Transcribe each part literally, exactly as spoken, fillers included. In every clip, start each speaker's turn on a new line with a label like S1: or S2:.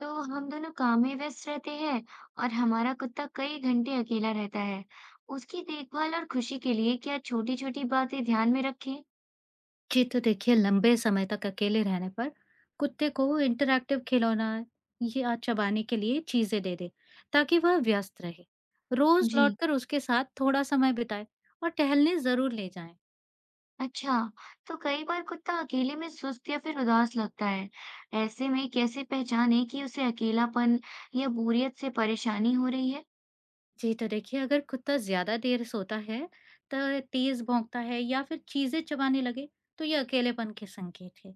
S1: तो हम दोनों काम में व्यस्त रहते हैं और हमारा कुत्ता कई घंटे अकेला रहता है। उसकी देखभाल और खुशी के लिए क्या छोटी-छोटी बातें ध्यान में रखें?
S2: जी, तो देखिए लंबे समय तक अकेले रहने पर कुत्ते को इंटरैक्टिव खिलौना या चबाने के लिए चीजें दे दे ताकि वह व्यस्त रहे। रोज
S1: जी,
S2: लौटकर उसके साथ थोड़ा समय बिताए और टहलने जरूर ले जाएं।
S1: अच्छा। तो कई बार कुत्ता अकेले में सुस्त या फिर उदास लगता है। ऐसे में कैसे पहचाने कि उसे अकेलापन या बोरियत से परेशानी हो रही है?
S2: जी तो देखिए, अगर कुत्ता ज्यादा देर सोता है तो तेज भौंकता है या फिर चीजें चबाने लगे तो ये अकेलेपन के संकेत है।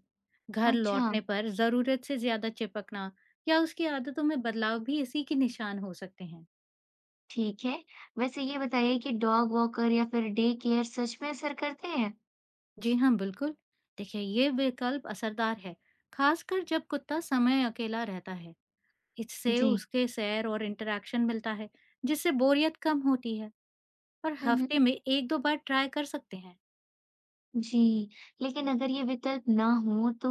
S2: घर
S1: अच्छा,
S2: लौटने पर जरूरत से ज्यादा चिपकना या उसकी आदतों में बदलाव भी इसी के निशान हो सकते हैं।
S1: ठीक है। वैसे ये बताइए कि डॉग वॉकर या फिर डे केयर सच में असर करते हैं?
S2: जी हाँ, बिल्कुल। देखिए, ये विकल्प असरदार है, खासकर जब कुत्ता समय अकेला रहता है। इससे
S1: जी।
S2: उसके सैर और इंटरैक्शन मिलता है, जिससे बोरियत कम होती है और
S1: हम्म हम्म।
S2: हफ्ते में एक दो बार ट्राई कर सकते हैं।
S1: जी, लेकिन अगर ये विकल्प ना हो तो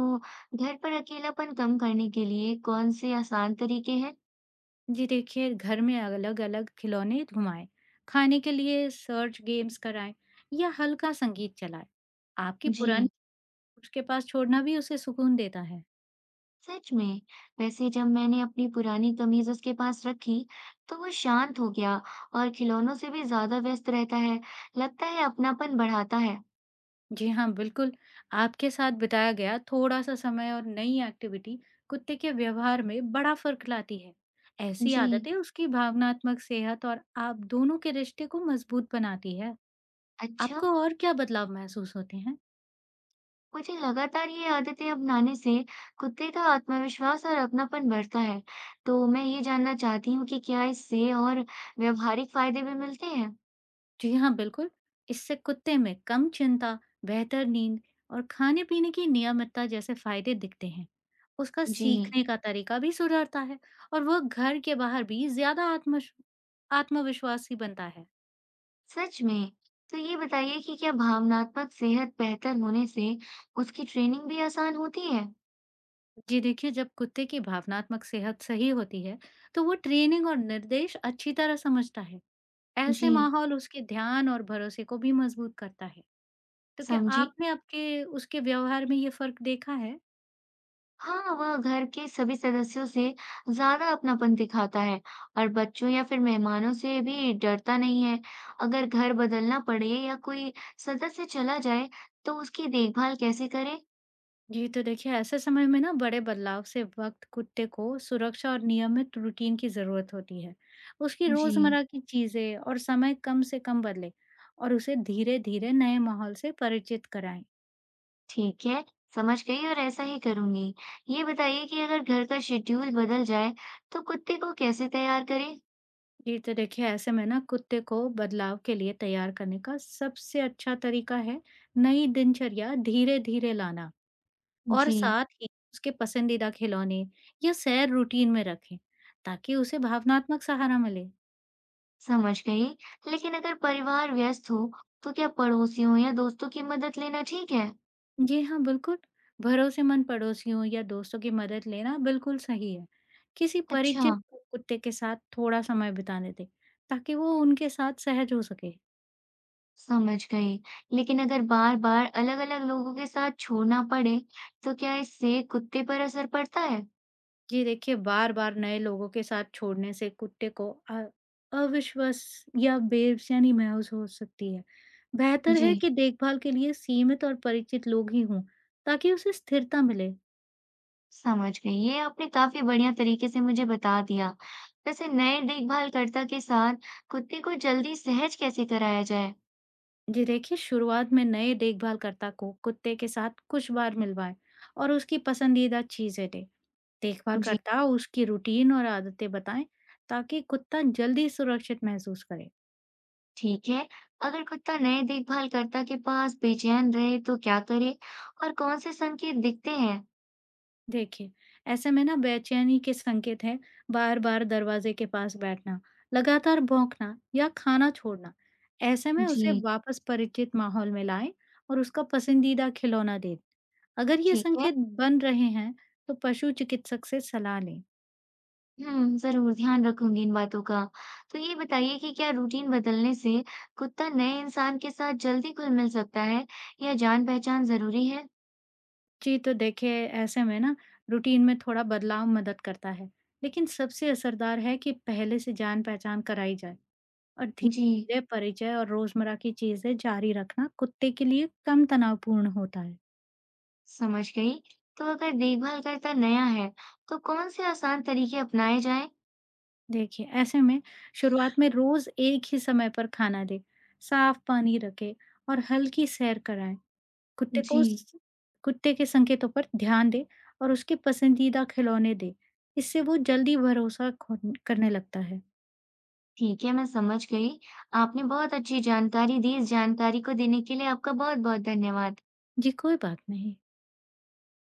S1: घर पर अकेलापन कम करने के लिए कौन से आसान तरीके हैं?
S2: जी देखिए, घर में अलग-अलग खिलौने घुमाएँ, खाने के लिए सर्च गेम्स कराएँ या हल्का संगीत चलाएँ। आपकी
S1: जी,
S2: पुरानी उसके पास छोड़ना भी उसे सुकून देता है।
S1: सच में। वैसे जब मैंने अपनी पुरानी कमीज उसके पास रखी, तो वो शांत हो गया और खिलौनों से भी ज्यादा व्यस्त रहता है। लगता है अपनापन बढ़ाता है।
S2: जी हाँ, बिल्कुल। आपके साथ बिताया गया थोड़ा-सा समय और नई एक्टिविटी कुत्ते के व्यवहार में बड़ा फ़र्क लाती है। ऐसी
S1: जी,
S2: आदतें उसकी भावनात्मक सेहत और आप दोनों के रिश्ते को मज़बूत बनाती है।
S1: अच्छा।
S2: आपको और क्या बदलाव महसूस होते हैं?
S1: मुझे लगातार ये आदतें अपनाने से कुत्ते का आत्मविश्वास और अपनापन बढ़ता है। तो मैं ये जानना चाहती हूँ कि क्या इससे और व्यवहारिक फायदे भी मिलते हैं?
S2: जी हाँ, बिल्कुल। इससे कुत्ते में कम चिंता, बेहतर नींद और खाने-पीने की नियमितता जैसे फ़ायदे दिखते हैं। उसका
S1: जी।
S2: सीखने का तरीका भी सुधरता है और वह घर के बाहर भी ज़्यादा आत्मश आत्मविश्वासी बनता है।
S1: सच में। तो ये बताइए कि क्या भावनात्मक सेहत बेहतर होने से उसकी ट्रेनिंग भी आसान होती है?
S2: जी देखिए, जब कुत्ते की भावनात्मक सेहत सही होती है, तो वो ट्रेनिंग और निर्देश अच्छी तरह समझता है।
S1: जी।
S2: ऐसे माहौल उसके ध्यान और भरोसे को भी मजबूत करता है। तो क्या
S1: समझी।
S2: आपने आपके उसके व्यवहार में ये फर्क देखा है?
S1: हाँ, वह घर के सभी सदस्यों से ज्यादा अपनापन दिखाता है और बच्चों या फिर मेहमानों से भी डरता नहीं है। अगर घर बदलना पड़े या कोई सदस्य चला जाए, तो उसकी देखभाल कैसे करें?
S2: जी तो देखिए, ऐसे समय में ना बड़े बदलाव से वक्त कुत्ते को सुरक्षा और नियमित रूटीन की जरूरत होती है। उसकी
S1: जी।
S2: रोजमर्रा की चीजें और समय कम से कम बदले और उसे धीरे-धीरे नए माहौल से परिचित कराएं।
S1: ठीक है, समझ गई और ऐसा ही करूँगी। ये बताइए कि अगर घर का शेड्यूल बदल जाए, तो कुत्ते को कैसे तैयार करें?
S2: जी, तो देखिए ऐसे में ना कुत्ते को बदलाव के लिए तैयार करने का सबसे अच्छा तरीका है नई दिनचर्या धीरे धीरे लाना और
S1: जी,
S2: साथ ही उसके पसंदीदा खिलौने या सैर रूटीन में रखें ताकि उसे भावनात्मक सहारा मिले।
S1: समझ गई। लेकिन अगर परिवार व्यस्त हो, तो क्या पड़ोसियों या दोस्तों की मदद लेना ठीक है?
S2: जी हाँ बिल्कुल, भरोसेमंद पड़ोसियों या दोस्तों की मदद लेना बिल्कुल सही है। किसी
S1: अच्छा,
S2: परिचित कुत्ते के साथ थोड़ा समय बिताने दें ताकि वो उनके साथ सहज हो सके।
S1: समझ गई। लेकिन अगर बार-बार अलग-अलग लोगों के साथ छोड़ना पड़े, तो क्या इससे कुत्ते पर असर पड़ता है?
S2: जी देखिए, बार-बार नए लोगों के साथ छोड़ने से कुत्ते को अ, अविश्वास या बेचैनी महसूस हो सकती है। बेहतर
S1: जी।
S2: है कि देखभाल के लिए सीमित और परिचित लोग ही हों, ताकि उसे स्थिरता मिले।
S1: समझ गई, ये आपने काफी बढ़िया तरीके से मुझे बता दिया। वैसे नए देखभाल कर्ता के साथ कुत्ते को जल्दी सहज कैसे कराया जाए?
S2: जी देखिए, शुरुआत में नए देखभालकर्ता को कुत्ते के साथ कुछ बार मिलवाएँ और उसकी पसंदीदा चीज़ें दें।
S1: जी।
S2: देखभालकर्ता उसकी रूटीन और आदतें बताएँ, ताकि कुत्ता जल्दी सुरक्षित महसूस करे।
S1: ठीक है। अगर कुत्ता नए देखभाल कर्ता के पास बेचैन रहे तो क्या करे और कौन से संकेत दिखते हैं?
S2: देखिए, ऐसे में ना बेचैनी के संकेत हैं बार-बार दरवाजे के पास बैठना, लगातार भौंकना या खाना छोड़ना। ऐसे में उसे
S1: जी।
S2: वापस परिचित माहौल में लाएँ और उसका पसंदीदा खिलौना दें। अगर ये
S1: ठीक है।
S2: संकेत बन रहे हैं, तो पशु चिकित्सक से सलाह लें।
S1: हम्म, जरूर ध्यान रखूंगी इन बातों का। तो ये बताइए कि क्या रूटीन बदलने से कुत्ता नए इंसान के साथ जल्दी घुल मिल सकता है या जान पहचान जरूरी है?
S2: जी, तो देखिए ऐसे में ना रूटीन में थोड़ा बदलाव मदद करता है, लेकिन सबसे असरदार है कि पहले से जान-पहचान कराई जाए। और
S1: जी।
S2: धीरे-धीरे परिचय और रोजमर्रा की चीजें जारी रखना कुत्ते के लिए कम तनावपूर्ण होता है।
S1: समझ गई। तो अगर देखभाल करता नया है तो कौन से आसान तरीके अपनाए जाएं?
S2: देखिए, ऐसे में शुरुआत में रोज एक ही समय पर खाना दें, साफ पानी रखें और हल्की सैर कराएं। कुत्ते
S1: जी।
S2: को स- कुत्ते के संकेतों पर ध्यान दें और उसके पसंदीदा खिलौने दें। इससे वो जल्दी भरोसा खो- करने लगता है।
S1: ठीक है, मैं समझ गई। आपने बहुत अच्छी जानकारी दी। इस जानकारी को देने के लिए आपका बहुत बहुत धन्यवाद।
S2: जी कोई बात नहीं।